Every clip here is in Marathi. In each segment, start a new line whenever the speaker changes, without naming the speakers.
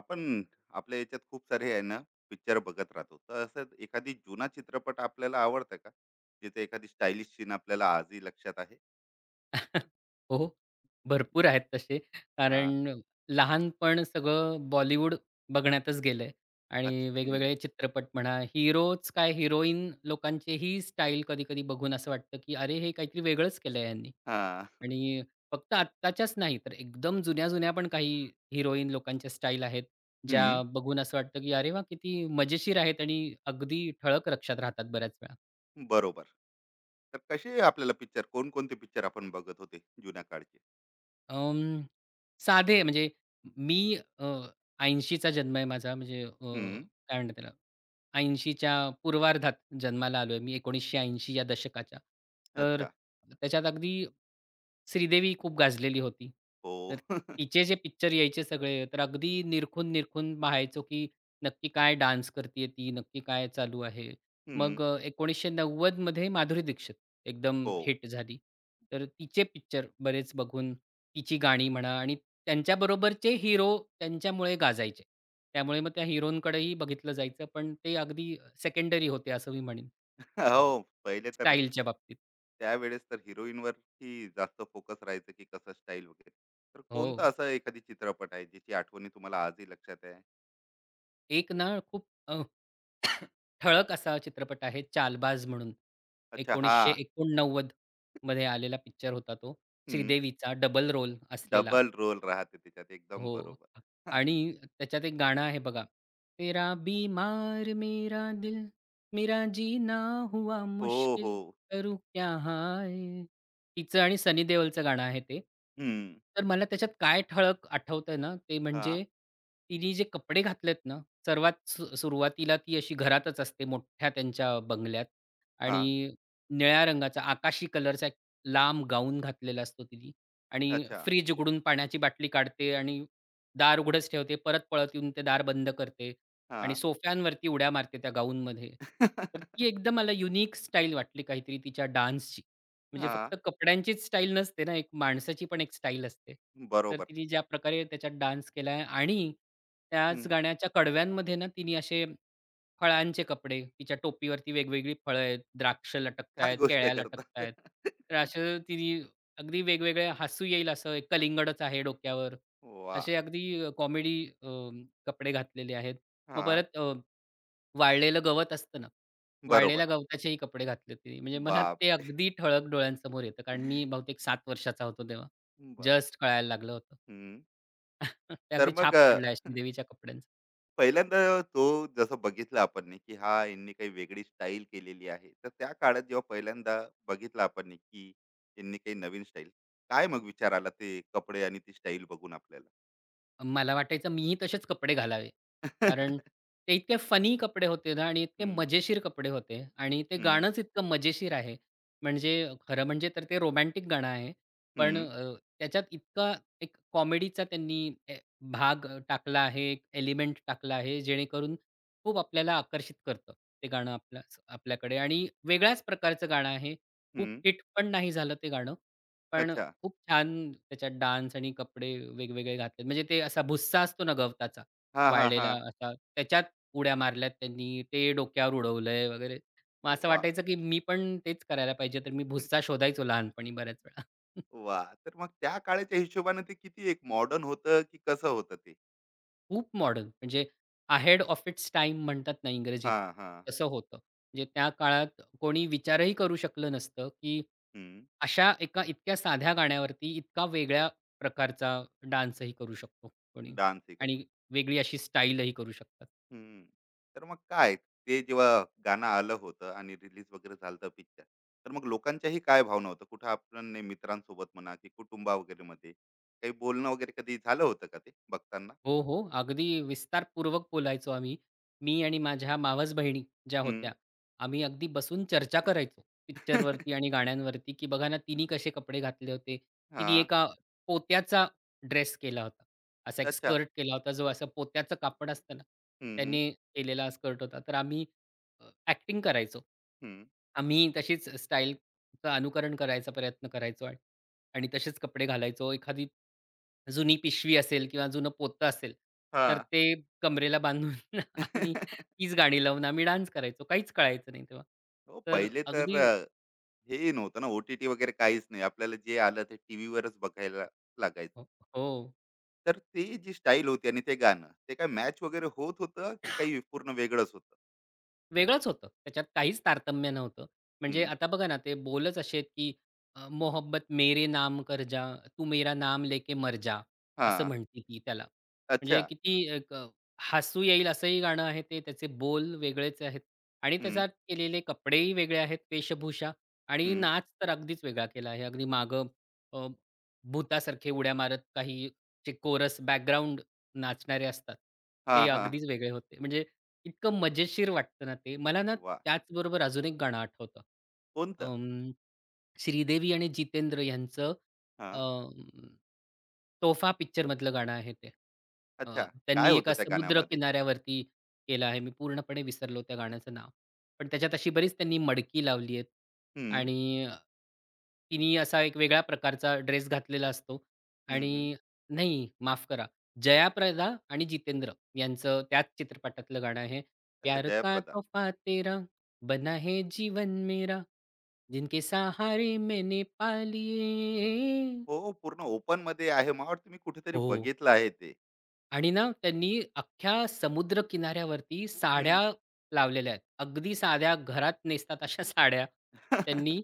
आपण आपल्या याच्यात खूप सारे आहे ना? पिक्चर बघत राहतो तर असं एखादी जुना चित्रपट आपल्याला आवडतं का? जिथे एखादी स्टायलिश सीन आपल्याला आजही लक्षात आहे.
हो, भरपूर आहेत तसे.
हा.
कारण लहानपण सगळं बॉलिवूड बघण्यातच गेलंय आणि
अच्छा हम्म,
वेगवेगळे चित्रपट म्हणा, हिरोच काय हिरोईन लोकांचीही स्टाईल कधी-कधी बघून असं वाटतं, की अरे, हे काहीतरी वेगळंच केलंय ह्यांनी.
हा.
आणि फक्त आत्ताच्याच नाही, तर एकदम जुन्या-जुन्या पण काही हिरोईन लोकांच्या स्टाईल आहेत, ज्या
हम्म.
बघून असं वाटतं, की अरे वाह! किती मजेशीर आहेत आणि अगदी ठळक लक्षात राहतात बऱ्याच वेळा.
बरोबर. तर कसे आपल्याला पिक्चर कोणकोणते पिक्चर आपण बघत होते जुन्या काळचे?
अं, साधे म्हणजे मी 80चा जन्म आहे माझा म्हणजे
हम्म.
काय म्हणतात त्याला 80च्या पूर्वार्धात जन्माला आलोय मी 1980 या दशकाच्या. तर
अच्छा.
त्याच्यात अगदी श्रीदेवी खूप गाजलेली होती.
हो.
तर तिचे जे पिक्चर यायचे सगळे तर अगदी निरखून-निरखून पाहायचो, की नक्की काय डान्स करतीये ती, नक्की काय चालू आहे.
हम्म.
मग 1990मध्ये माधुरी दीक्षित एकदम
हो.
हिट झाली. तर तिचे पिक्चर बरेच बघून तिची गाणी म्हणा आणि त्यांच्याबरोबरचे हिरो त्यांच्यामुळे गाजायचे. त्यामुळे मग त्या हिरोंकडेही बघितलं जायचं, पण ते अगदी सेकंडरी होते असं मी म्हणेन अ,
हो पहिले तर.
स्टाईलच्या बाबतीत.
त्यावेळेस तर हिरोईनवर ही जास्त फोकस राहायचं की कसं स्टाईल वगैरे. तर
हो.
कोणता असा एखादी चित्रपट आहे ज्याची आठवणी तुम्हाला आजही लक्षात आहे?
एक ना खूप ठळक असा चित्रपट आहे चालबाज म्हणून.
अच्छा हा.
1989 मध्ये आलेला पिक्चर होता तो.
हं.
श्रीदेवीचा डबल रोल असलेला.
डबल रोल राहते त्याच्यात. एकदम
हो.
बरोबर.
आणि त्याच्यात एक गाणं आहे बघा. तेरा बीमार मेरा दिल, मेरा जीना हुआ
हो, हो.
मुश्किल, करू क्या हाय? तिचं आणि सनी देओलचं गाणं आहे ते.
हं.
तर मला त्याच्यात काय ठळक आठवतंय ना, ते
हां,
म्हणजे तिने जे कपडे घातलेत ना, सर्वात सुरुवातीला ती अशी घरातच असते मोठ्या त्यांच्या बंगल्यात आणि
हां.
निळ्या रंगाचा आकाशी कलरचा एक लांब गाऊन घातलेला असतो तिने आणि
अच्छा.
फ्रिज उघडून पाण्याची बाटली काढते आणि दार उघडंच ठेवते, परत पळत येऊन ते दार बंद करते आणि
हां.
सोफ्यांवरती उड्या मारते त्या गाऊनमध्ये.
हां.
तर ती एकदम मला युनिक स्टाईल वाटली काहीतरी तिच्या डान्सची. म्हणजे फक्त कपड्यांचीच स्टाईल नसते ना, एक माणसाची पण एक स्टाईल असते. तर
बरोबर.
तिने ज्या प्रकारे त्याच्यात डान्स केलाय आणि
हं.
त्याच गाण्याच्या कडव्यांमध्ये ना तिने असे फळांचे कपडे, तिच्या टोपीवरती वेगवेगळी फळं आहेत, द्राक्ष
काय
लटकतायत,
गोष्ट
केळ्या
करतात?
लटकतायत. तर असं तिने अगदी वेगवेगळे हसू येईल असं एक कलिंगडच आहे डोक्यावर.
वाह!
असे अगदी कॉमेडी कपडे घातलेले आहेत. मग
हां.
परत वाळलेलं गवत असतं ना,
बरोबर.
वाळलेल्या गवताचेही कपडे घातले तिने. म्हणजे मला ते
बापरे!
अगदी ठळक डोळ्यांसमोर येतं. कारण मी बहुतेक 7 वर्षाचा होतो तेव्हा.
बा.
जस्ट कळायला लागलं होतं.
हं.
ते
तर
अगदी
मग
छाप पडलाय अशी देवीच्या कपड्यांचं.
पहिल्यांदा तो जसं बघितला आपण नी की हा यांनी काही वेगळी स्टाईल केलेली आहे. तर त्या काळात जेव्हा पहिल्यांदा बघितलं आपण नी की यांनी काही नवीन स्टाईल, काय मग विचार आला ते कपडे आणि ती स्टाईल बघून आपल्याला?
मला वाटायचं मीही तसेच कपडे घालावे. कारण ते इतके फनी कपडे होते ना आणि इतके
हं,
मजेशीर कपडे होते आणि ते
हं,
गाणंच इतकं मजेशीर आहे. म्हणजे खरं म्हणजे तर ते रोमॅन्टिक गाणं आहे. पण
हं,
त्याच्यात इतका एक कॉमेडीचा त्यांनी ए भाग टाकला आहे, एक एलिमेंट टाकला आहे, जेणेकरून खूप आपल्याला आकर्षित करतं ते गाणं आपल्याकडे आणि वेगळ्याच प्रकारचं गाणं आहे. खूप
हं.
हिट पण नाही झालं ते गाणं. पण
अच्छा.
खूप छान त्याच्यात डान्स आणि कपडे वेगवेगळे घातलेत. म्हणजे ते असा भुस्सा असतो ना गवताचा
हां, हां,
वाळलेला
हां.
असा, त्याच्यात उड्या मारल्यात त्यांनी, ते डोक्यावर उडवलंय वगैरे. मग असं
वाह!
वाटायचं, की मी पण तेच करायला पाहिजे. तर मी भुस्सा शोधायचो लहानपणी बऱ्याच वेळा.
वाह! तर मग त्या काळाच्या हिशोबाने ते किती एक मॉडर्न होतं, की कसं होतं ते?
खूप मॉडर्न म्हणजे अहेड ऑफ इट्स टाईम म्हणतात ना इंग्रजीत,
हां, हां.
तसं होतं. म्हणजे त्या काळात कोणी विचारही करू शकलं नसतं, की
हं.
अशा एका इतक्या साध्या गाण्यावरती इतका वेगळ्या प्रकारचा डान्सही करू शकतो कोणी
डान्सही करू शकतो.
आणि वेगळी अशी स्टाईलही करू शकतात.
हं. तर मग काय ते जेव्हा गाणं आलं होतं आणि रिलीज वगैरे झालं होतं पिक्चर, तर मग लोकांच्याही काय भावना होत्या? कुठं आपण ने मित्रांसोबत म्हणा की कुटुंबा वगैरे मध्ये काही बोलणं वगैरे कधी झालं होतं का ते बघताना?
हो, हो. अगदी विस्तारपूर्वक बोलायचो आम्ही. मी आणि माझ्या मावस बहिणी ज्या
हं.
होत्या, आम्ही अगदी बसून चर्चा करायचो पिक्चरवरती आणि गाण्यांवरती, की बघा ना तिनी कसे कपडे घातले होते. तिने
हां.
एका पोत्याचा ड्रेस केला होता. असा एक
अच्छा.
स्कर्ट केला होता, जो असा पोत्याचं कापड असतं ना,
हं, हं.
त्याने केलेला स्कर्ट होता. तर आम्ही ॲक्टिंग करायचो.
हं.
आम्ही तशीच स्टाईलचं अनुकरण करायचा प्रयत्न करायचो आणि आणि तसेच कपडे घालायचो. एखादी जुनी पिशवी असेल किंवा जुनं पोतं असेल, तर
हां.
ते कमरेला बांधून आम्ही तीच गाणी लावून आम्ही डान्स करायचो. काहीच कळायचं नाही तेव्हा.
हो
तर
पहिले तर
अगदी
हे नव्हतं ना ओ-टी-टी वगैरे काहीच नाही. आपल्याला जे आलं ते टीव्हीवरच बघायला लागायचं.
हो. हो.
तर ते जी स्टाईल होती आणि ते गाणं, ते काय मॅच वगैरे होत होतं की काही पूर्ण वेगळंच होतं?
वेगळंच होतं. त्याच्यात काहीच तारतम्य नव्हतं. म्हणजे
हं,
आता बघा ना, ते बोलच असे आहेत, की "मोहब्बत मेरे नाम कर जा, तू मेरा नाम लेके मर जा." असं
हां,
म्हणते ती त्याला.
अच्छा,
म्हणजे किती एक हसू येईल असंही गाणं आहे ते. त्याचे बोल वेगळेच आहेत आणि
हं,
त्याच्यात केलेले कपडेही वेगळे आहेत, वेशभूषा आणि
हं,
नाच तर अगदीच वेगळा केला आहे. अगदी मागं अ, भुतासारखे उड्या मारत काही जे कोरस बॅकग्राऊंड नाचणारे असतात, ते
हां, हां,
अगदीच वेगळे होते. म्हणजे इतकं मजेशीर वाटतं ना ते. मला ना
वाह!
त्याचबरोबर अजून एक गाणं आठवतं.
कोणतं?
अं, श्रीदेवी आणि जितेंद्र यांचं
हां,
अं, तोफा पिक्चरमधलं गाणं आहे ते. अ,
अच्छा, काय
त्यांनी
होतं
एका
त्या
समुद्र
गाण्यामध्ये?
किनाऱ्यावरती केलं आहे. मी पूर्णपणे विसरलो त्या गाण्याचं नाव. पण त्याच्यात अशी बरीच त्यांनी मडकी लावली आहे
हं,
आणि तिने असा एक वेगळ्या प्रकारचा ड्रेस घातलेला असतो
हं, हं,
आणि नाही माफ करा. जयाप्रदा आणि जितेंद्र यांचं त्याच चित्रपटातलं गाणं आहे.
अच्छा
प्यार का
जयप्रदा.
तोहफा तेरा बना है जीवन मेरा. जिनके सहारे मैंने पा लिए
हो, पूर्ण ओपनमध्ये आहे. मला वाटतं मी कुठेतरी
हो
बघितलं आहे ते.
आणि ना त्यांनी अख्ख्या समुद्रकिनाऱ्यावरती
हं.
साड्या लावलेल्या आहेत. अगदी साध्या घरात नेसतात अशा साड्या त्यांनी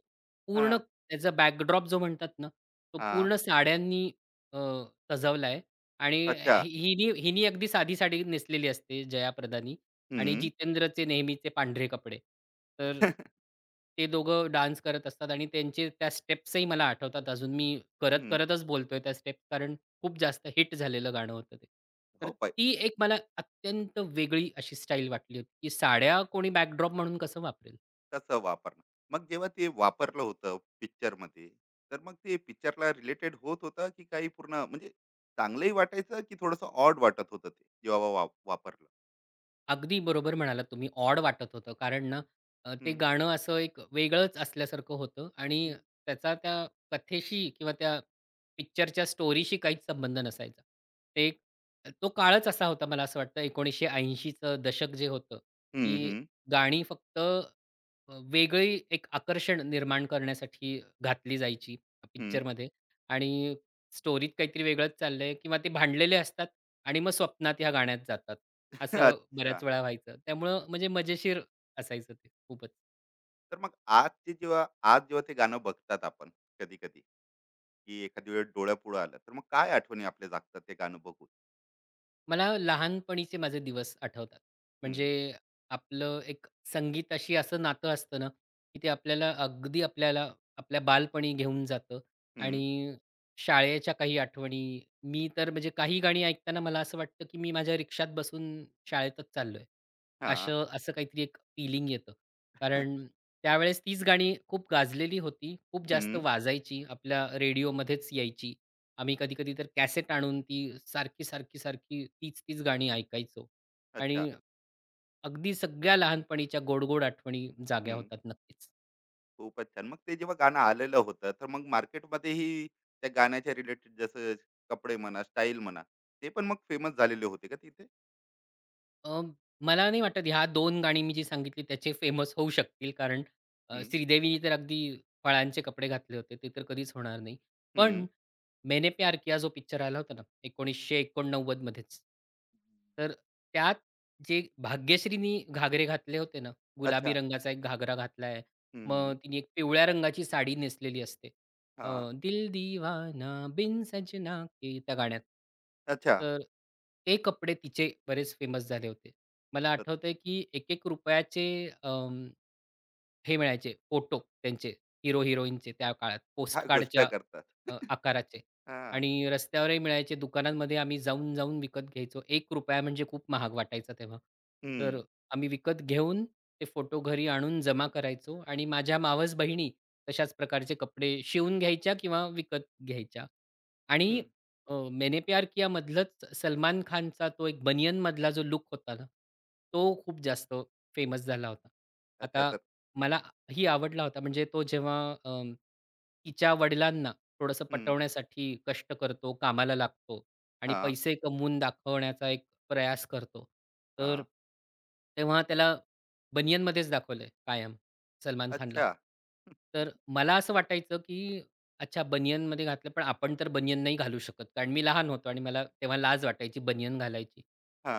हां,
पूर्ण
हां,
त्याचा बॅकड्रॉप जो म्हणतात ना, तो पूर्ण साड्यांनी अ, सजवला आहे आणि
अच्छा,
हि हिनी हिनी अगदी साधी साडी नेसलेली असते जया प्रदानी आणि
हं,
जितेंद्रचे नेहमीचे पांढरे कपडे. तर
हं,
ते दोघं डान्स करत असतात आणि त्यांचे त्या स्टेप्सही मला आठवतात अजून. मी करत-करतच बोलतोय त्या स्टेप्स कारण खूप जास्त हिट झालेलं गाणं होतं ते. तर
हो.
ती एक मला अत्यंत वेगळी अशी स्टाईल वाटली होती, की साड्या कोणी बॅकड्रॉप म्हणून कसं वापरेल?
कसं वापरणं मग जेव्हा ते वापरलं होतं picture मध्ये तर मग ते पिक्चरला रिलेटेड होत होतं की काही पूर्ण म्हणजे चांगलंही वाटायचं की थोडंसं ऑड वाटत होतं ते जेव्हा वापरलं.
अगदी बरोबर म्हणालात तुम्ही. ऑड वाटत होतं. कारण ना ते
हम्म,
गाणं असं एक वेगळंच असल्यासारखं होतं आणि त्याचा त्या कथेशी किंवा त्या पिक्चरच्या स्टोरीशी काहीच संबंध नसायचा. ते एक तो काळच असा होता मला असं वाटतं 1980 चं दशक जे होतं,
हम्म,
की
हम्म,
गाणी फक्त वेगळी एक आकर्षण निर्माण करण्यासाठी घातली जायची
हम्म.
पिक्चरमध्ये आणि स्टोरीत काहीतरी वेगळंच चाललंय किंवा ते भांडलेले असतात आणि मग स्वप्नात ह्या गाण्यात जातात. असं
अच्छा
बऱ्याच वेळा व्हायचं. त्यामुळं म्हणजे मजेशीर असायचं ते खूपच.
तर मग आजचे जेव्हा आज जेव्हा ते गाणं बघतात आपण कधी कधी की एखादी वेळ डोळ्यापुढं आलं तर मग काय आठवणी आपल्या जागतात ते गाणं बघून?
मला लहानपणीचे माझे दिवस आठवतात.
हम्म,
म्हणजे आपलं एक संगीताशी असं नातं असतं ना, की ते आपल्याला आपल्या बालपणी घेऊन जातं
हम्म,
आणि शाळेच्या काही आठवणी, मी तर म्हणजे काही गाणी ऐकताना मला असं वाटतं, की मी माझ्या रिक्षात बसून शाळेतच चाललोय.
हा.
असं असं काहीतरी एक फीलिंग येतं. कारण त्यावेळेस तीच गाणी खूप गाजलेली होती, खूप जास्त
हम्म,
वाजायची, आपल्या रेडिओमध्येच यायची आम्ही कधी-कधी तर कॅसेट आणून ती सारखी, सारखी, सारखी तीच-तीच गाणी ऐकायचो
अच्छा.
आणि अगदी सगळ्या लहानपणीच्या गोड-गोड आठवणी जाग्या
हम्म.
होतात नक्कीच.
खूपच छान. मग ते जेव्हा गाणं आलेलं होतं, तर मग मार्केटमध्येही त्या गाण्याच्या रिलेटेड जसं कपडे म्हणा, स्टाईल म्हणा, ते पण मग फेमस झालेले होते का तिथे?
अ, मला नाही वाटत ह्या 2 गाणी मी जी सांगितली त्याचे फेमस होऊ शकतील. कारण
हं,
श्रीदेवीनी तर अगदी फळांचे कपडे घातले होते. ते तर कधीच होणार नाही. पण
हं.
मैंने प्यार किया जो पिक्चर आला होता ना 1989 मध्येच. तर त्यात जे भाग्यश्रीनी घागरे घातले होते ना, गुलाबी
अच्छा.
रंगाचा एक घागरा घातला
हं,
मग
हं.
तिने एक पिवळ्या रंगाची साडी नेसलेली असते.
हां.
दिल दीवाना बिन सजना के त्या गाण्यात.
अच्छा.
तर ते कपडे तिचे बरेच फेमस झाले होते. मला
तर
आठवतंय की एक एक रुपयाचे अं, हे मिळायचे फोटो त्यांचे हीरो-हिरोईनचे त्या काळात
काय गोष्ट
पोस्टकार्डच्या
करतात.
आकाराचे
हां.
आणि रस्त्यावरही मिळायचे. दुकानांमध्ये आम्ही जाऊन, जाऊन विकत घ्यायचो. एक रुपया म्हणजे खूप महाग वाटायचा तेव्हा. तर
हं,
आम्ही विकत घेऊन ते फोटो घरी आणून जमा करायचो आणि माझ्या मावस बहिणी तशाच प्रकारचे कपडे शिवून घ्यायच्या किंवा विकत घ्यायच्या आणि
हं.
अ, मैंने प्यार किया मधलंच सलमान खानचा तो एक बनियनमधला जो लुक होता ना, तो खूप जास्त फेमस झाला होता.
अच्छा
आता
तर.
मला ही आवडला होता म्हणजे तो जेव्हा अं, तिच्या वडिलांना थोडंसं
हं.
पटवण्यासाठी कष्ट करतो, कामाला लागतो आणि
हां,
पैसे कमवून दाखवण्याचा एक प्रयास करतो. तर
हां.
तेव्हा त्याला बनियनमध्येच दाखवलंय कायम सलमान खानला.
अच्छा.
तर मला असं वाटायचं की अच्छा, बनियनमध्ये घातलं, पण आपण तर बनियन नाही घालू शकत. कारण मी लहान होतो आणि मला तेव्हा लाज वाटायची बनियन घालायची.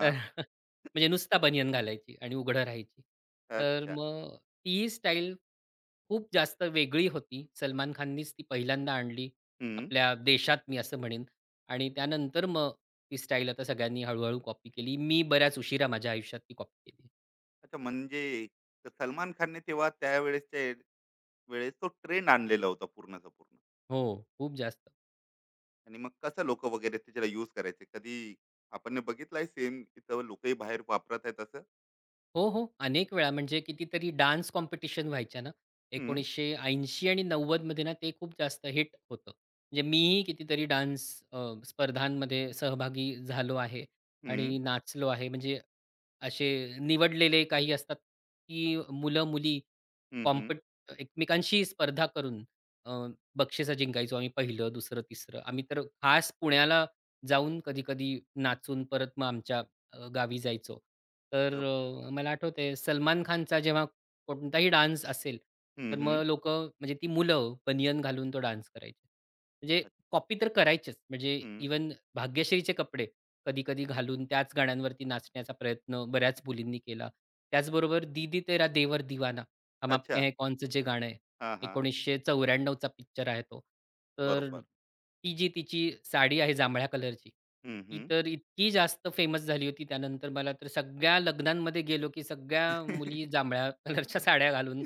तर म्हणजे नुसता बनियन घालायची आणि उघडं राहायची. तर
अच्छा.
मग ती स्टाईल खूप जास्त वेगळी होती. सलमान खाननीच ती पहिल्यांदा आणली
हं.
आपल्या देशात मी असं म्हणेन आणि त्यानंतर मग ती स्टाईल आता सगळ्यांनी हळू कॉपी केली. मी बऱ्याच उशिरा माझ्या आयुष्यात ती कॉपी केली.
अच्छा म्हणजे. तर सलमान खानने तेव्हा त्यावेळेसच्या वेळेस तो ट्रेंड आणलेला होता पूर्णचा पूर्ण.
हो, खूप जास्त.
आणि मग कसं लोक वगैरे त्याच्याला युज करायचे कधी आपण बघितलंय सेम इथं लोकही बाहेर वापरत आहेत असं.
हो, हो. अनेक वेळा म्हणजे कितीतरी डान्स कॉम्पिटिशन व्हायच्या ना.
हम्म
1980 आणि 90मध्ये ना, ते खूप जास्त हिट होतं. म्हणजे मीही कितीतरी डान्स अ, स्पर्धांमध्ये सहभागी झालो आहे
हम्म.
आणि नाचलो आहे. म्हणजे असे निवडलेले काही असतात, की मुलं-मुली
हम्म हम्म.
कॉम्पिट एकमेकांशी स्पर्धा करून अ, बक्षिसं जिंकायचो आम्ही 1लं, 2सरं, 3सरं. आम्ही तर खास पुण्याला जाऊन कधी-कधी नाचून परत मग आमच्या गावी जायचो. तर
अप,
मला आठवतंय सलमान खानचा जेव्हा कोणताही डान्स असेल,
हम्म
तर
हम्म.
मग लोकं म्हणजे ती मुलं बनियन घालून तो डान्स करायची. म्हणजे
अ-.
कॉपी तर करायचेच. म्हणजे
हम्म,
इव्हन भाग्यश्रीचे कपडे कधी-कधी घालून त्याच गाण्यांवरती नाचण्याचा प्रयत्न बऱ्याच मुलींनी केला. त्याचबरोबर दीदी तेरा देवर दिवाना हम आपके
अच्छा
हैं कौनचं जे गाणं आहे.
हा हा.
1994 चा पिक्चर आहे तो. तर
बरोबर.
ती जी तिची साडी आहे जांभळ्या कलरची,
हम्म
ती
हम्म.
तर इतकी जास्त फेमस झाली होती त्यानंतर मला तर सगळ्या लग्नांमध्ये गेलो, की सगळ्या मुली जांभळ्या कलरच्या साड्या घालून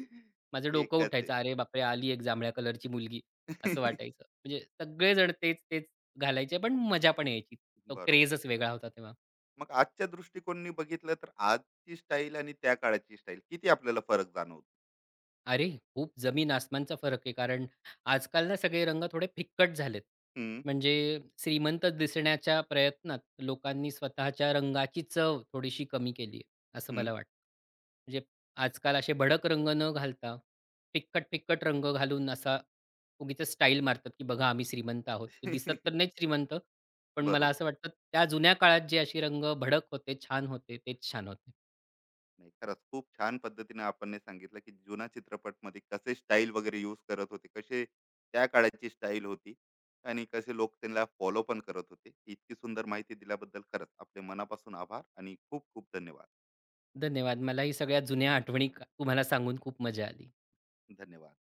माझं डोकं
एकच
उठायचं.
एक.
अरे बापरे! आली एक जांभळ्या कलरची मुलगी असं वाटायचं. म्हणजे सगळेजण तेच-तेच घालायचे पण मजा पण यायची. तो
बरोबर.
क्रेजच वेगळा होता तेव्हा.
मग आजच्या दृष्टिकोननी बघितलं तर आजची स्टाईल आणि त्या काळाची स्टाईल किती आपल्याला फरक जाणवतो?
अरे! खूप जमीन-आसमानचा फरक आहे. कारण आजकाल ना सगळे रंग थोडे फिक्कट झालेत.
हम्म
म्हणजे श्रीमंत दिसण्याच्या प्रयत्नात लोकांनी स्वतःच्या रंगाची चव थोडीशी कमी केली आहे, असं
हम्म.
मला वाटतं. म्हणजे आजकाल असे भडक रंग न घालता फिक्कट-फिक्कट रंग घालून असा उगीचच स्टाईल मारतात, की बघा आम्ही श्रीमंत आहोत. ते दिसत तर नाहीत श्रीमंत, पण मला
बरोबर.
असं वाटतं त्या जुन्या काळात जे असे रंग भडक होते, छान होते, तेच छान होते.
नाही खरंच खूप छान पद्धतीने आपण हे सांगितलं की जुना चित्रपटमध्ये कसे स्टाईल वगैरे यूज करत होते कसे त्या काळाची स्टाईल होती आणि कसे लोक त्यांना फॉलो पण करत होते. इतकी सुंदर माहिती दिल्याबद्दल खरंच आपले मनापासून आभार आणि खूप खूप धन्यवाद.
धन्यवाद. मला ही सगळ्या जुन्या आठवणी तुम्हाला सांगून खूप मजा आली.
धन्यवाद.